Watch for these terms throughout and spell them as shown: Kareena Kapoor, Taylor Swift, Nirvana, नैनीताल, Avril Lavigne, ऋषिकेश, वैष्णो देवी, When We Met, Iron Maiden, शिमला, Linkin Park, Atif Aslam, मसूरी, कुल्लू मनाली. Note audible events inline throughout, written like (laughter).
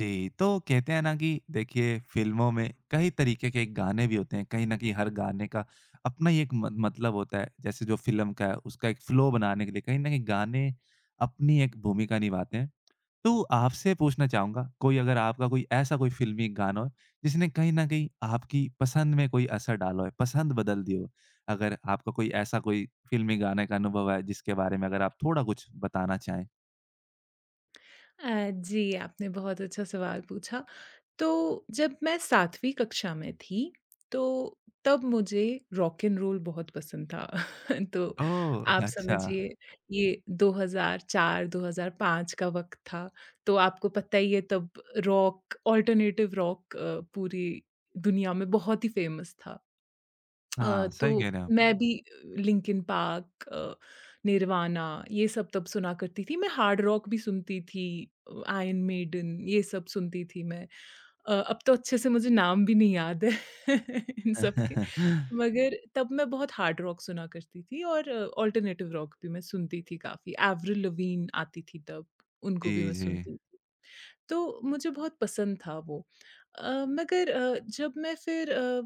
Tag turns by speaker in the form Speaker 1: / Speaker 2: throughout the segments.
Speaker 1: जी, तो कहते हैं ना कि देखिए फ़िल्मों में कई तरीके के गाने भी होते हैं, कहीं न कहीं हर गाने का अपना ही एक म मतलब होता है। जैसे जो फ़िल्म का है उसका एक फ़्लो बनाने के लिए कहीं न कहीं गाने अपनी एक भूमिका निभाते हैं। तो आपसे पूछना चाहूँगा कोई अगर आपका कोई ऐसा कोई फ़िल्मी गाना हो जिसने कहीं न कहीं आपकी पसंद में कोई असर डाला हो, पसंद बदल दी हो। अगर आपका कोई ऐसा कोई फ़िल्मी गाने का अनुभव है जिसके बारे में अगर आप थोड़ा कुछ बताना चाहें?
Speaker 2: जी, आपने बहुत अच्छा सवाल पूछा। तो जब मैं 7वीं कक्षा में थी, तो तब मुझे रॉक एन रोल बहुत पसंद था। (laughs) तो
Speaker 1: ओह!
Speaker 2: आप
Speaker 1: अच्छा।
Speaker 2: समझिए ये 2004-2005 का वक़्त था, तो आपको पता ही है तब रॉक, अल्टरनेटिव रॉक पूरी दुनिया में बहुत ही फ़ेमस था।
Speaker 1: हाँ,
Speaker 2: तो
Speaker 1: सही कह रहे हो।
Speaker 2: मैं भी लिंकिन पार्क, निर्वाणा ये सब तब सुना करती थी। मैं हार्ड रॉक भी सुनती थी, आयरन मेडन ये सब सुनती थी मैं। अब तो अच्छे से मुझे नाम भी नहीं याद है (laughs) इन सब के,
Speaker 1: (laughs)
Speaker 2: मगर तब मैं बहुत हार्ड रॉक सुना करती थी और ऑल्टरनेटिव रॉक भी मैं सुनती थी काफ़ी। एवरिल लवीन आती थी तब,
Speaker 1: जी,
Speaker 2: उनको भी मैं
Speaker 1: जी।
Speaker 2: सुनती तो मुझे बहुत पसंद था वो। अ, मगर जब मैं फिर अ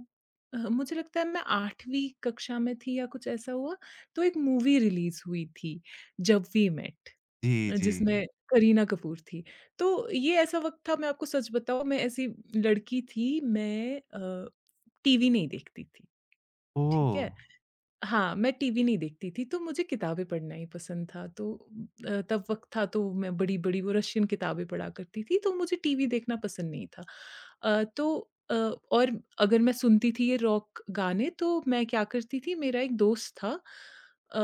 Speaker 2: अ, मुझे लगता है मैं 8वीं कक्षा में थी या कुछ ऐसा हुआ, तो एक मूवी रिलीज़ हुई थी, जब वी मेट,
Speaker 1: जी, जी।
Speaker 2: जिसमें हुँ। करीना कपूर थी। तो ये ऐसा वक़्त था, मैं आपको सच बताऊँ, मैं ऐसी लड़की थी, मैं टीवी नहीं देखती थी, ठीक
Speaker 1: ओह!
Speaker 2: है? हाँ, मैं टीवी नहीं देखती थी, तो मुझे किताबें पढ़ना ही पसंद था। तो अ, तब वक़्त था तो मैं बड़ी-बड़ी वो रशियन किताबें पढ़ा करती थी, तो मुझे टीवी देखना पसंद नहीं था। अ, तो अ, और अगर मैं सुनती थी ये रॉक गाने तो मैं क्या करती थी, मेरा एक दोस्त था, अ,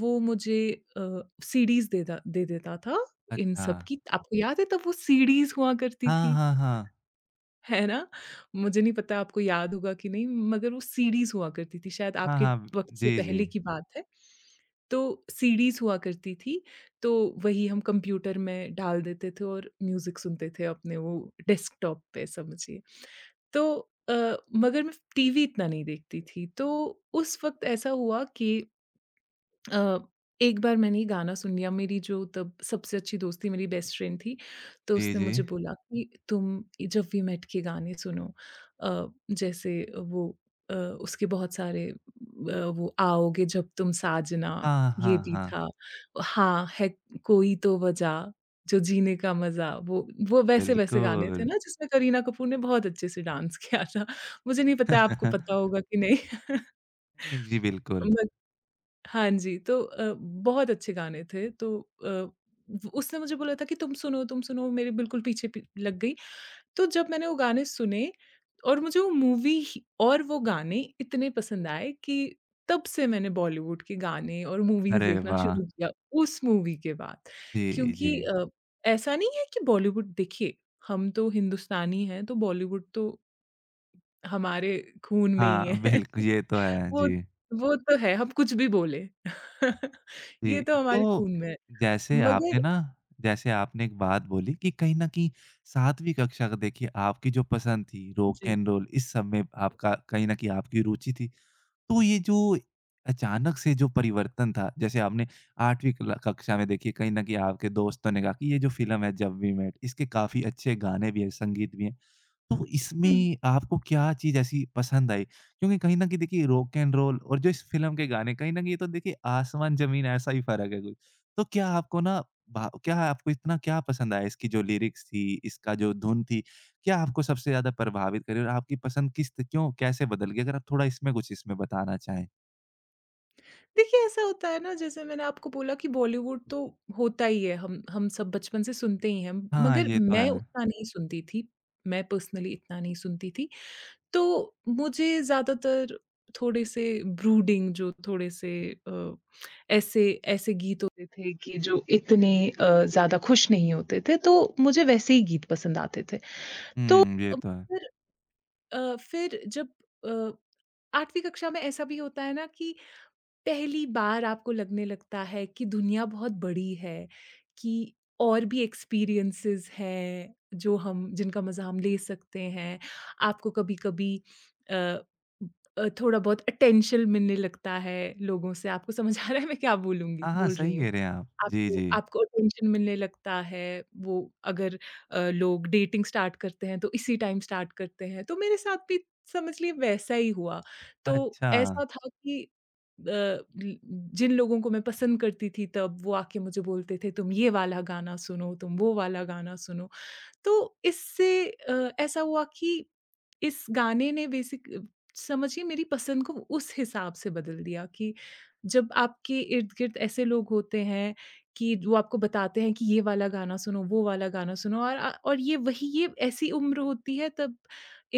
Speaker 2: वो मुझे सीडीज़ दे दा दे देता था इन
Speaker 1: अच्छा।
Speaker 2: सब की। आपको याद है तब वो सीडीज़ हुआ करती
Speaker 1: हाँ,
Speaker 2: थी?
Speaker 1: हाँ, हाँ।
Speaker 2: है ना? मुझे नहीं पता आपको याद होगा कि नहीं, मगर वो सीडीज़ हुआ करती थी, शायद
Speaker 1: हाँ,
Speaker 2: आपके
Speaker 1: हाँ।
Speaker 2: वक़्त से
Speaker 1: जी,
Speaker 2: पहले
Speaker 1: जी।
Speaker 2: की बात है। तो सीडीज़ हुआ करती थी, तो वही हम कंप्यूटर में डाल देते थे और म्यूज़िक सुनते थे अपने वो डेस्कटॉप पे समझिए। तो अ, मगर मैं टीवी इतना नहीं देखती थी, तो उस वक़्त ऐसा हुआ कि अ, एक बार मैंने ये गाना सुन लिया। मेरी जो तब सबसे अच्छी दोस्त थी, मेरी बेस्ट फ्रेंड थी, तो
Speaker 1: जी,
Speaker 2: उसने
Speaker 1: जी।
Speaker 2: मुझे बोला कि तुम ये जब वी मेट के गाने सुनो। अ, जैसे वो, उसके बहुत सारे, वो आओगे जब तुम साजना,
Speaker 1: हाँ,
Speaker 2: ये
Speaker 1: हाँ,
Speaker 2: भी
Speaker 1: हाँ।
Speaker 2: था। हाँ, है कोई तो वजह, जो जीने का मज़ा, वो वैसे-वैसे गाने थे
Speaker 1: बिल्कुल।
Speaker 2: ना जिसमें करीना कपूर ने बहुत अच्छे से डांस किया था। मुझे नहीं पता आपको पता
Speaker 1: (laughs)
Speaker 2: होगा कि नहीं? (laughs)
Speaker 1: जी, जी, बिल्कुल।
Speaker 2: मगर हाँ जी, तो बहुत अच्छे गाने थे तो, व उसने मुझे बोला था कि तुम सुनो, तुम सुनो, मेरे बिल्कुल पीछे पी लग गई। तो जब मैंने वो गाने सुने और मुझे वो मूवी ही और वो गाने इतने पसंद आए कि तब से मैंने बॉलीवुड के गाने और मूवीज़
Speaker 1: अरे
Speaker 2: देखना
Speaker 1: वाह!
Speaker 2: शुरू किया उस मूवी के बाद।
Speaker 1: जी, जी।
Speaker 2: क्योंकि ऐसा नहीं है कि बॉलीवुड, देखिए, हम तो हिंदुस्तानी हैं तो बॉलीवुड तो हमारे खून में ही
Speaker 1: हाँ,
Speaker 2: है।
Speaker 1: बिल्कु
Speaker 2: (laughs)
Speaker 1: ये तो है।
Speaker 2: वो
Speaker 1: जी,
Speaker 2: वो तो है, हम कुछ भी बोले। (laughs) ये
Speaker 1: जी।
Speaker 2: तो हमारे
Speaker 1: तो
Speaker 2: खून में है।
Speaker 1: जैसे आपने
Speaker 2: मगर
Speaker 1: ना जैसे आपने एक बात बोली कि कहीं न कहीं 7वीं कक्षा का देखिए आपकी जो पसंद थी रॉक
Speaker 2: जी,
Speaker 1: एंड रोल इस सब में आपका कहीं न कहीं आपकी रुचि थी। तो ये जो अचानक से जो परिवर्तन था, जैसे आपने 8वीं क्ला कक्षा में देखिए कहीं न कहीं आपके दोस्तों ने कहा कि ये जो फ़िल्म है जब वी मेट इसके काफ़ी अच्छे गाने भी हैं, संगीत भी हैं। तो
Speaker 2: हुँ।
Speaker 1: इसमें आपको क्या चीज़ ऐसी पसंद आई? क्योंकि कहीं न कहीं देखिए रॉक एंड रोल और जो इस फ़िल्म के गाने कहीं न कहीं ये तो देखिए आसमान-ज़मीन ऐसा ही फ़र्क है कुछ। तो क्या आपको इतना क्या पसंद आया इसकी जो लिरिक्स थी, इसका जो धुन थी, क्या आपको सबसे ज़्यादा प्रभावित करी और आपकी पसंद किस त क्यों कैसे बदल गई? अगर आप थोड़ा इसमें कुछ इसमें बताना चाहें।
Speaker 2: देखिए ऐसा होता है ना। जैसे मैंने आपको बोला कि बॉलीवुड तो होता ही है, हम सब बचपन से सुनते ही हैं,
Speaker 1: हाँ,
Speaker 2: मगर
Speaker 1: ये तो
Speaker 2: मैं
Speaker 1: है।
Speaker 2: उतना नहीं सुनती थी, मैं पर्सनली इतना नहीं सुनती थी। तो मुझे ज़्यादातर थोड़े-से ब्रूडिंग, जो थोड़े-से अ, ऐसे ऐसे गीत होते थे कि जो इतने ज़्यादा खुश नहीं होते थे, तो मुझे वैसे ही गीत पसंद आते थे। तो
Speaker 1: हुँ, ये
Speaker 2: अ,
Speaker 1: तो है।
Speaker 2: फिर फिर जब अ, 8वीं कक्षा में ऐसा भी होता है ना कि पहली बार आपको लगने लगता है कि दुनिया बहुत बड़ी है, कि और भी एक्सपीरियंसेस हैं जो हम जिनका मज़ा हम ले सकते हैं। आपको कभी-कभी अ, थोड़ा बहुत अटेंशन मिलने लगता है लोगों से। आपको समझ (laughs) आ रहा है मैं क्या
Speaker 1: हाँ, हाँ,
Speaker 2: बोल रही
Speaker 1: सही
Speaker 2: हूँ?
Speaker 1: कह रहे हैं आप। जी,
Speaker 2: आपको
Speaker 1: जी।
Speaker 2: आपको अटेंशन मिलने लगता है, वो, अगर लोग डेटिंग स्टार्ट करते हैं, तो इसी टाइम स्टार्ट करते हैं, तो मेरे साथ भी समझ लिए वैसा ही हुआ। तो
Speaker 1: अच्छा।
Speaker 2: ऐसा था कि अ, ल जिन लोगों को मैं पसंद करती थी तब, वो आके मुझे बोलते थे, "तुम ये वाला गाना सुनो, तुम वो वाला गाना सुनो।" तो इससे ऐसा हुआ कि इस गाने ने बेसिक, समझिए, मेरी पसंद को उस हिसाब से बदल दिया कि जब आपके इर्द-गिर्द ऐसे लोग होते हैं कि वो आपको बताते हैं कि ये वाला गाना सुनो, वो वाला गाना सुनो और ये ऐसी उम्र होती है तब,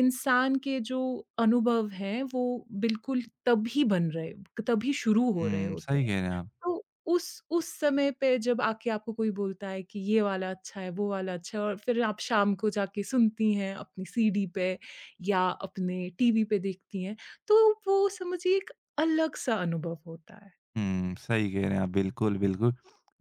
Speaker 2: इंसान के जो अनुभव हैं वो बिल्कुल तभी शुरू हो रहे
Speaker 1: हुँ,
Speaker 2: होते
Speaker 1: सही
Speaker 2: हैं।
Speaker 1: कह रहे हैं आप।
Speaker 2: तो उस उस समय पे जब आके आपको कोई बोलता है कि ये वाला अच्छा है, वो वाला अच्छा है और फिर आप शाम को जाके सुनती हैं अपनी सीडी पे या अपने टीवी पे देखती हैं, तो वो समझिए एक अलग-सा अनुभव होता है।
Speaker 1: हुँ, सही कह रहे हैं आप। बिल्कुल, बिल्कुल।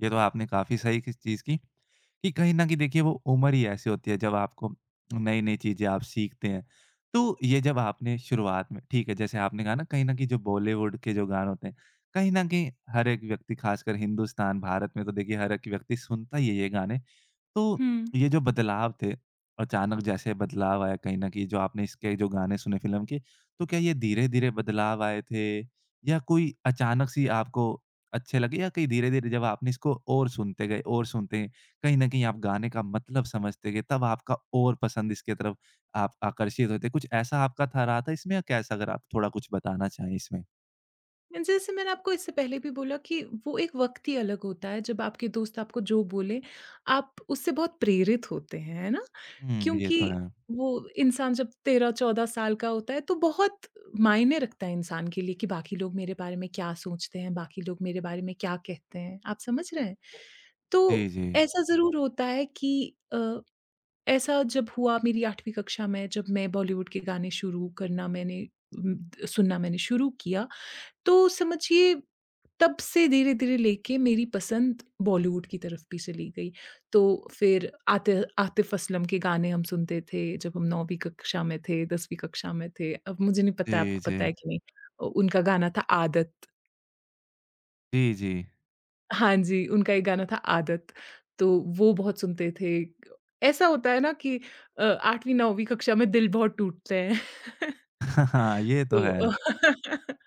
Speaker 1: ये तो आपने काफ़ी सही किस चीज़ की, कि कहीं न कहीं देखिए वो उम्र ही ऐसी होती है जब आपको नई-नई चीज़ें आप सीखते हैं। तो ये जब आपने शुरुआत में ठीक है, जैसे आपने कहा ना कहीं न कहीं जो बॉलीवुड के जो गाने होते हैं, कहीं न कहीं हर एक व्यक्ति खासकर हिंदुस्तान, भारत में तो देखिए हर एक व्यक्ति सुनता ही है ये गाने। तो
Speaker 2: हुँ।
Speaker 1: ये जो बदलाव थे, अचानक जैसे बदलाव आया कहीं न कहीं जो आपने इसके जो गाने सुने फ़िल्म के, तो क्या ये धीरे-धीरे बदलाव आए थे या कोई अचानक सी आपको अच्छे लगे या कहीं धीरे-धीरे जब आपने इसको और सुनते गए, कहीं न कहीं आप गाने का मतलब समझते गए, तब आपका और पसंद इसके तरफ आप आकर्षित होते? कुछ ऐसा आपका था रहा था इसमें या कैसा? अगर आप थोड़ा कुछ बताना चाहें इसमें।
Speaker 2: जैसे मैंने आपको इससे पहले भी बोला कि वो एक वक़्त ही अलग होता है जब आपके दोस्त आपको जो बोले, आप उससे बहुत प्रेरित होते हैं, है ना?
Speaker 1: हुँ, ये तो
Speaker 2: क्योंकि
Speaker 1: है।
Speaker 2: वो इंसान जब 13-14 साल का होता है, तो बहुत मायने रखता है इंसान के लिए कि बाकी लोग मेरे बारे में क्या सोचते हैं, बाकी लोग मेरे बारे में क्या कहते हैं, आप समझ रहे हैं?
Speaker 1: जी,
Speaker 2: तो
Speaker 1: जी।
Speaker 2: ऐसा ज़रूर होता है कि अ, ऐसा जब हुआ मेरी 8वीं कक्षा में, जब मैं बॉलीवुड के गाने शुरू करना मैंने उम, सुनना मैंने शुरू किया, तो समझिए तब से धीरे-धीरे लेके मेरी पसंद बॉलीवुड की तरफ भी चली गई। तो फिर आतिफ़ असलम के गाने हम सुनते थे जब हम 9वीं कक्षा में थे, 10वीं कक्षा में थे। अब मुझे नहीं पता
Speaker 1: जी,
Speaker 2: आपको पता
Speaker 1: जी।
Speaker 2: है कि नहीं? उनका गाना था आदत।
Speaker 1: जी, जी।
Speaker 2: हाँ जी, उनका एक गाना था आदत। तो वो बहुत सुनते थे। ऐसा होता है ना कि 8वीं 9वीं कक्षा में दिल बहुत टूटते हैं। (laughs)
Speaker 1: (laughs) हाँ, ये तो
Speaker 2: तो
Speaker 1: है।
Speaker 2: (laughs)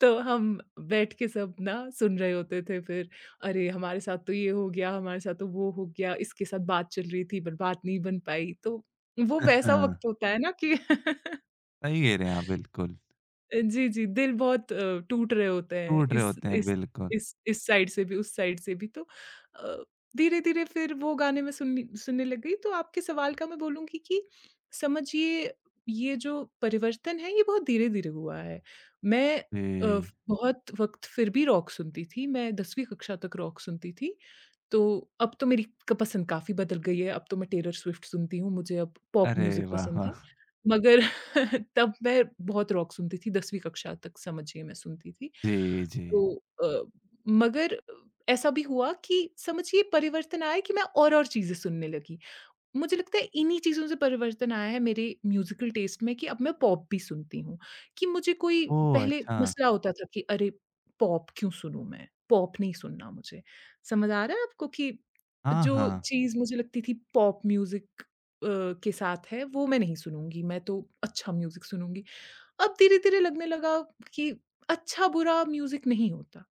Speaker 2: तो हम बैठ के सब ना सुन रहे होते थे फिर, "अरे! हमारे साथ तो ये हो गया, हमारे साथ तो वो हो गया, इसके साथ बात चल रही थी पर बात नहीं बन पाई।" तो वो वैसा वक़्त
Speaker 1: (laughs)
Speaker 2: होता है ना कि (laughs)
Speaker 1: सही कह रहे हैं आप, बिल्कुल।
Speaker 2: जी, जी, दिल बहुत टूट रहे होते हैं
Speaker 1: टूट रहे होते हैं, बिल्कुल।
Speaker 2: इस साइड से भी, उस साइड से भी। तो अ, धीरे-धीरे फिर वो गाने मैं सुननी सुनने लग गई। तो आपके सवाल का मैं बोलूँगी कि समझिए ये जो परिवर्तन है ये बहुत धीरे-धीरे हुआ है। मैं, अ, फ
Speaker 1: जी।
Speaker 2: बहुत वक़्त फिर भी रॉक सुनती थी, मैं 10वीं कक्षा तक रॉक सुनती थी। तो अब तो मेरी क पसंद काफ़ी बदल गई है, अब तो मैं टेलर स्विफ्ट सुनती हूँ, मुझे अब पॉप
Speaker 1: अरे
Speaker 2: म्यूज़िक
Speaker 1: वाह,
Speaker 2: पसंद है।
Speaker 1: वाह!
Speaker 2: मगर (laughs) तब मैं बहुत रॉक सुनती थी, 10वीं कक्षा तक समझिए मैं सुनती थी।
Speaker 1: जी, जी।
Speaker 2: तो अ, मगर ऐसा भी हुआ कि समझिए परिवर्तन आया कि मैं और-और चीज़ें सुनने लगी। मुझे लगता है इन्हीं चीज़ों से परिवर्तन आया है मेरे म्यूज़िकल टेस्ट में कि अब मैं पॉप भी सुनती हूँ, कि मुझे कोई
Speaker 1: ओह!
Speaker 2: पहले
Speaker 1: अच्छा।
Speaker 2: मसला होता था कि अरे! पॉप क्यों सुनूँ मैं? पॉप नहीं सुनना मुझे। समझ आ रहा है आपको कि
Speaker 1: हाँ,
Speaker 2: जो
Speaker 1: हाँ।
Speaker 2: चीज़ मुझे लगती थी पॉप म्यूज़िक के साथ है वो मैं नहीं सुनूँगी, मैं तो अच्छा म्यूज़िक सुनूँगी। अब धीरे-धीरे लगने लगा कि अच्छा-बुरा म्यूज़िक नहीं होता।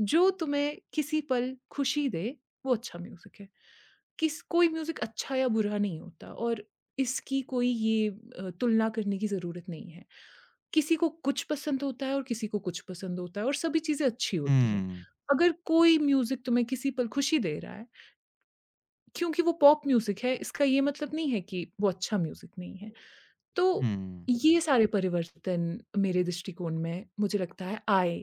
Speaker 2: जो तुम्हें किसी पल खुशी दे, वो अच्छा म्यूज़िक है। किस कोई म्यूज़िक अच्छा या बुरा नहीं होता और इसकी तुलना करने की ज़रूरत नहीं है। किसी को कुछ पसंद होता है और किसी को कुछ पसंद होता है और सभी चीज़ें अच्छी होती हैं।
Speaker 1: हुँ,
Speaker 2: अगर कोई म्यूज़िक तुम्हें किसी पल खुशी दे रहा है, क्योंकि वो पॉप म्यूज़िक है, इसका ये मतलब नहीं है कि वो अच्छा म्यूज़िक नहीं है। तो
Speaker 1: हुँ।
Speaker 2: ये सारे परिवर्तन मेरे दृष्टिकोण में मुझे लगता है आए,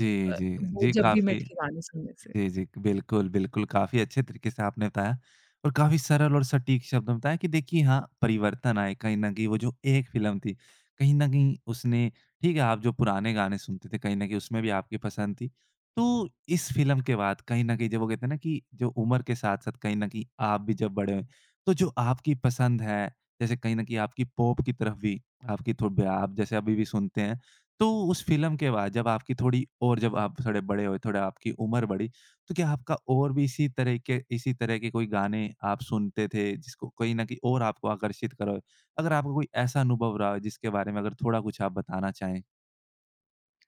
Speaker 1: जी,
Speaker 2: अ,
Speaker 1: जी।
Speaker 2: वो
Speaker 1: जी,
Speaker 2: जब भी मैं
Speaker 1: काफ़ी।
Speaker 2: ठेगाने सुनने से।
Speaker 1: जी, जी। बिल्कुल, बिल्कुल, काफ़ी अच्छे तरीके से आपने बताया और काफ़ी सरल और सटीक शब्दों में बताया कि देखिए हाँ, परिवर्तन आए कहीं न कहीं वो जो एक फ़िल्म थी, कहीं न कहीं उसने ठीक है, आप जो पुराने गाने सुनते थे कहीं न कहीं उसमें भी आपकी पसंद थी। तो इस फ़िल्म के बाद कहीं न कहीं जब वो कहते हैं ना कि जो उम्र के साथ-साथ कहीं न कहीं आप भी जब बड़े हुए, तो जो आपकी पसंद है, जैसे कहीं न कहीं आपकी पॉप की तरफ भी आपकी थो ब आप जैसे अभी भी सुनते हैं, तो उस फ़िल्म के बाद जब आपकी थोड़ी और जब आप थोड़े बड़े हुए, थोड़ा आपकी उम्र बढ़ी, तो क्या आपका और भी इसी तरह के कोई गाने आप सुनते थे जिसको कहीं न कहीं और आपको आकर्षित करो? अगर आपका कोई ऐसा अनुभव रहा हो जिसके बारे में अगर थोड़ा कुछ आप बताना चाहें?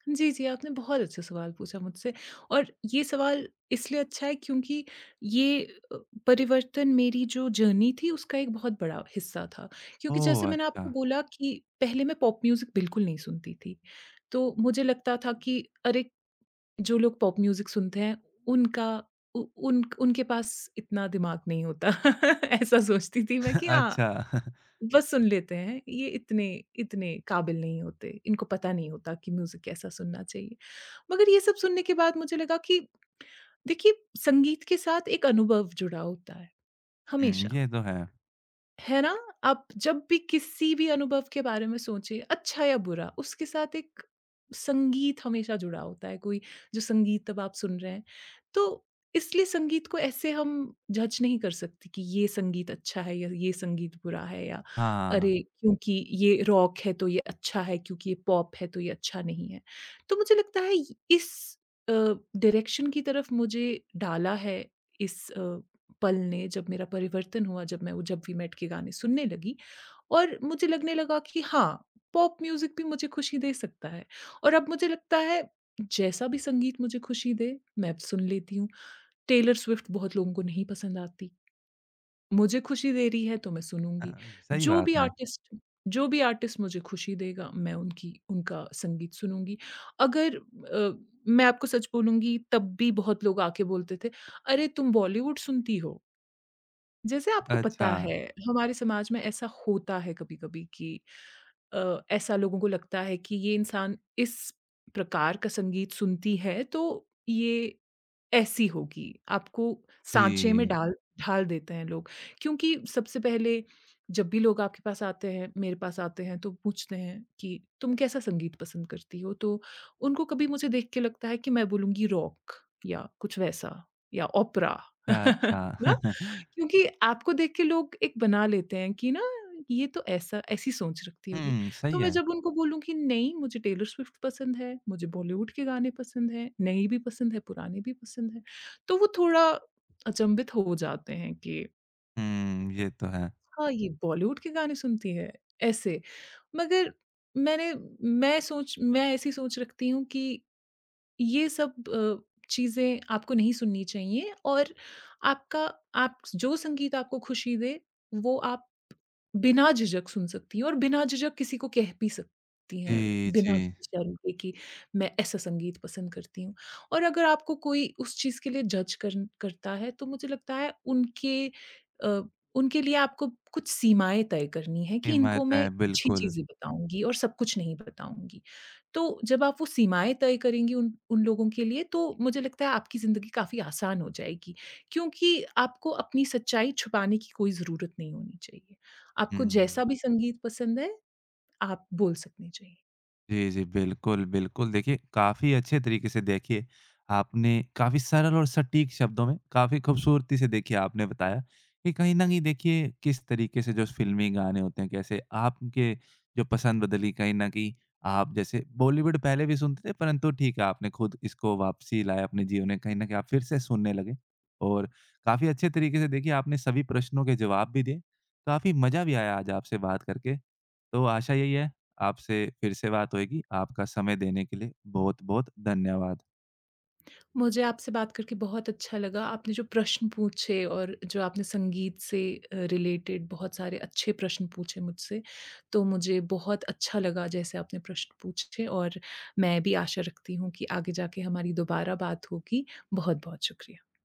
Speaker 2: जी, जी, आपने बहुत अच्छा सवाल पूछा मुझसे और ये सवाल इसलिए अच्छा है क्योंकि ये अ, परिवर्तन मेरी जो जर्नी थी उसका एक बहुत बड़ा हिस्सा था। क्योंकि जैसे
Speaker 1: ओह!
Speaker 2: मैंने
Speaker 1: अच्छा।
Speaker 2: आपको बोला कि पहले मैं पॉप म्यूज़िक बिल्कुल नहीं सुनती थी। तो मुझे लगता था कि अरे! जो लोग पॉप म्यूज़िक सुनते हैं, उनका उ उन उनके पास इतना दिमाग नहीं होता। (laughs) ऐसा सोचती थी मैं कि
Speaker 1: (laughs)
Speaker 2: हाँ,
Speaker 1: अच्छा। (laughs)
Speaker 2: बस सुन लेते हैं। ये इतने इतने काबिल नहीं होते। इनको पता नहीं होता कि म्यूज़िक कैसा सुनना चाहिए। मगर ये सब सुनने के बाद मुझे लगा कि देखिए, संगीत के साथ एक अनुभव जुड़ा होता है,
Speaker 1: हुँ,
Speaker 2: हमेशा।
Speaker 1: ये तो है।
Speaker 2: है ना? आप जब भी किसी भी अनुभव के बारे में सोचें, अच्छा या बुरा, उसके साथ एक संगीत हमेशा जुड़ा होता है, कोई जो संगीत अब आप सुन रहे हैं। तो इसलिए संगीत को ऐसे हम जज नहीं कर सकते कि ये संगीत अच्छा है या ये संगीत बुरा है या अरे,
Speaker 1: हाँ।
Speaker 2: क्योंकि ये रॉक है तो ये अच्छा है, क्योंकि ये पॉप है तो ये अच्छा नहीं है। तो मुझे लगता है इस अ, डायरेक्शन की तरफ मुझे डाला है इस पल ने, जब मेरा परिवर्तन हुआ, जब मैं वो जब वी मेट के गाने सुनने लगी और मुझे लगने लगा कि हाँ, पॉप म्यूज़िक भी मुझे खुशी दे सकता है और अब मुझे लगता है जैसा भी संगीत मुझे खुशी दे, मैं सुन लेती हूँ। टेलर स्विफ्ट बहुत लोगों को नहीं पसंद आती, मुझे खुशी दे रही है तो मैं
Speaker 1: अ,
Speaker 2: सुनूँगी।
Speaker 1: सही
Speaker 2: जो भी
Speaker 1: बात है।
Speaker 2: आर्टिस्ट जो भी आर्टिस्ट मुझे खुशी देगा, मैं उनकी उनका संगीत सुनूँगी। अगर, मैं आपको सच बोलूँगी, तब भी बहुत लोग आके बोलते थे, "अरे तुम बॉलीवुड सुनती हो?" जैसे आपको पता
Speaker 1: अच्छा।
Speaker 2: है, हमारे समाज में ऐसा होता है कभी-कभी कि ऐसा लोगों को लगता है कि ये इंसान इस प्रकार का संगीत सुनती है, तो ये ऐसी होगी। आपको साँचे में
Speaker 1: जी।
Speaker 2: डाल ढाल देते हैं लोग। क्योंकि सबसे पहले जब भी लोग आपके पास आते हैं, मेरे पास आते हैं, तो पूछते हैं कि तुम कैसा संगीत पसंद करती हो? तो उनको कभी मुझे देख के लगता है कि मैं बोलूँगी रॉक या कुछ वैसा या ओपेरा,
Speaker 1: अच्छा,
Speaker 2: (laughs) ना?
Speaker 1: अच्छा। (laughs)
Speaker 2: क्योंकि आपको देख के लोग एक बना लेते हैं कि ना ये तो ऐसा ऐसी सोच रखती होगी।
Speaker 1: हुँ,
Speaker 2: तो
Speaker 1: सही
Speaker 2: मैं
Speaker 1: है।
Speaker 2: जब उनको बोलूँ कि नहीं मुझे टेलर स्विफ्ट पसंद है, मुझे बॉलीवुड के गाने पसंद हैं, नए भी पसंद है, पुराने भी पसंद है। तो वो थोड़ा अचंभित हो जाते हैं कि
Speaker 1: हुँ, ये तो है।
Speaker 2: हाँ, ये बॉलीवुड के गाने सुनती है, ऐसे। मगर मैंने मैं ऐसी सोच रखती हूँ कि ये सब चीज़ें आपको नहीं सुननी चाहिए और आपका आप जो संगीत आपको खुशी दे, वो आप बिना झिझक सुन सकती हैं और बिना झिझक किसी को कह भी सकती हैं,
Speaker 1: जी,
Speaker 2: बिना
Speaker 1: जी।
Speaker 2: किसी शर्म के कि मैं ऐसा संगीत पसंद करती हूँ। और अगर आपको कोई उस चीज़ के लिए जज करन करता है तो मुझे लगता है अ, उनके लिए आपको कुछ सीमाएँ तय करनी है कि इनको
Speaker 1: हिम्मत है,
Speaker 2: मैं कुछ ही
Speaker 1: बिल्कुल।
Speaker 2: चीज़ें बताऊँगी और सब कुछ नहीं बताऊँगी। तो जब आप वो सीमाएँ तय करेंगी उन उन लोगों के लिए तो मुझे लगता है आपकी ज़िंदगी काफ़ी आसान हो जाएगी, क्योंकि आपको अपनी सच्चाई छुपाने की कोई ज़रूरत नहीं होनी चाहिए। आपको
Speaker 1: हुँ।
Speaker 2: जैसा भी संगीत पसंद है, आप बोल सकने चाहिए।
Speaker 1: जी, जी। बिल्कुल, बिल्कुल। देखिए, काफ़ी अच्छे तरीके से देखिए आपने काफ़ी सरल और सटीक शब्दों में काफ़ी खूबसूरती से देखिए आपने बताया कि कहीं न कहीं देखिए किस तरीके से जो फ़िल्मी गाने होते हैं, कैसे आपके जो पसंद बदली कहीं न कहीं आप जैसे बॉलीवुड पहले भी सुनते थे परंतु ठीक है आपने खुद इसको वापसी लाया अपने जीवन में, कहीं न कहीं आप फिर से सुनने लगे। और काफ़ी अच्छे तरीके से देखिए आपने सभी प्रश्नों के जवाब भी दिए। काफ़ी मज़ा भी आया आज आपसे बात करके। तो आशा यही है आपसे फिर से बात होएगी। आपका समय देने के लिए बहुत-बहुत धन्यवाद।
Speaker 2: तो मुझे आपसे बात करके बहुत अच्छा लगा। आपने जो प्रश्न पूछे और जो आपने संगीत से रिलेटेड बहुत सारे अच्छे प्रश्न पूछे मुझसे, तो मुझे बहुत अच्छा लगा जैसे आपने प्रश्न पूछे और मैं भी आशा रखती हूँ कि आगे जाके हमारी दोबारा बात होगी। बहुत-बहुत शुक्रिया।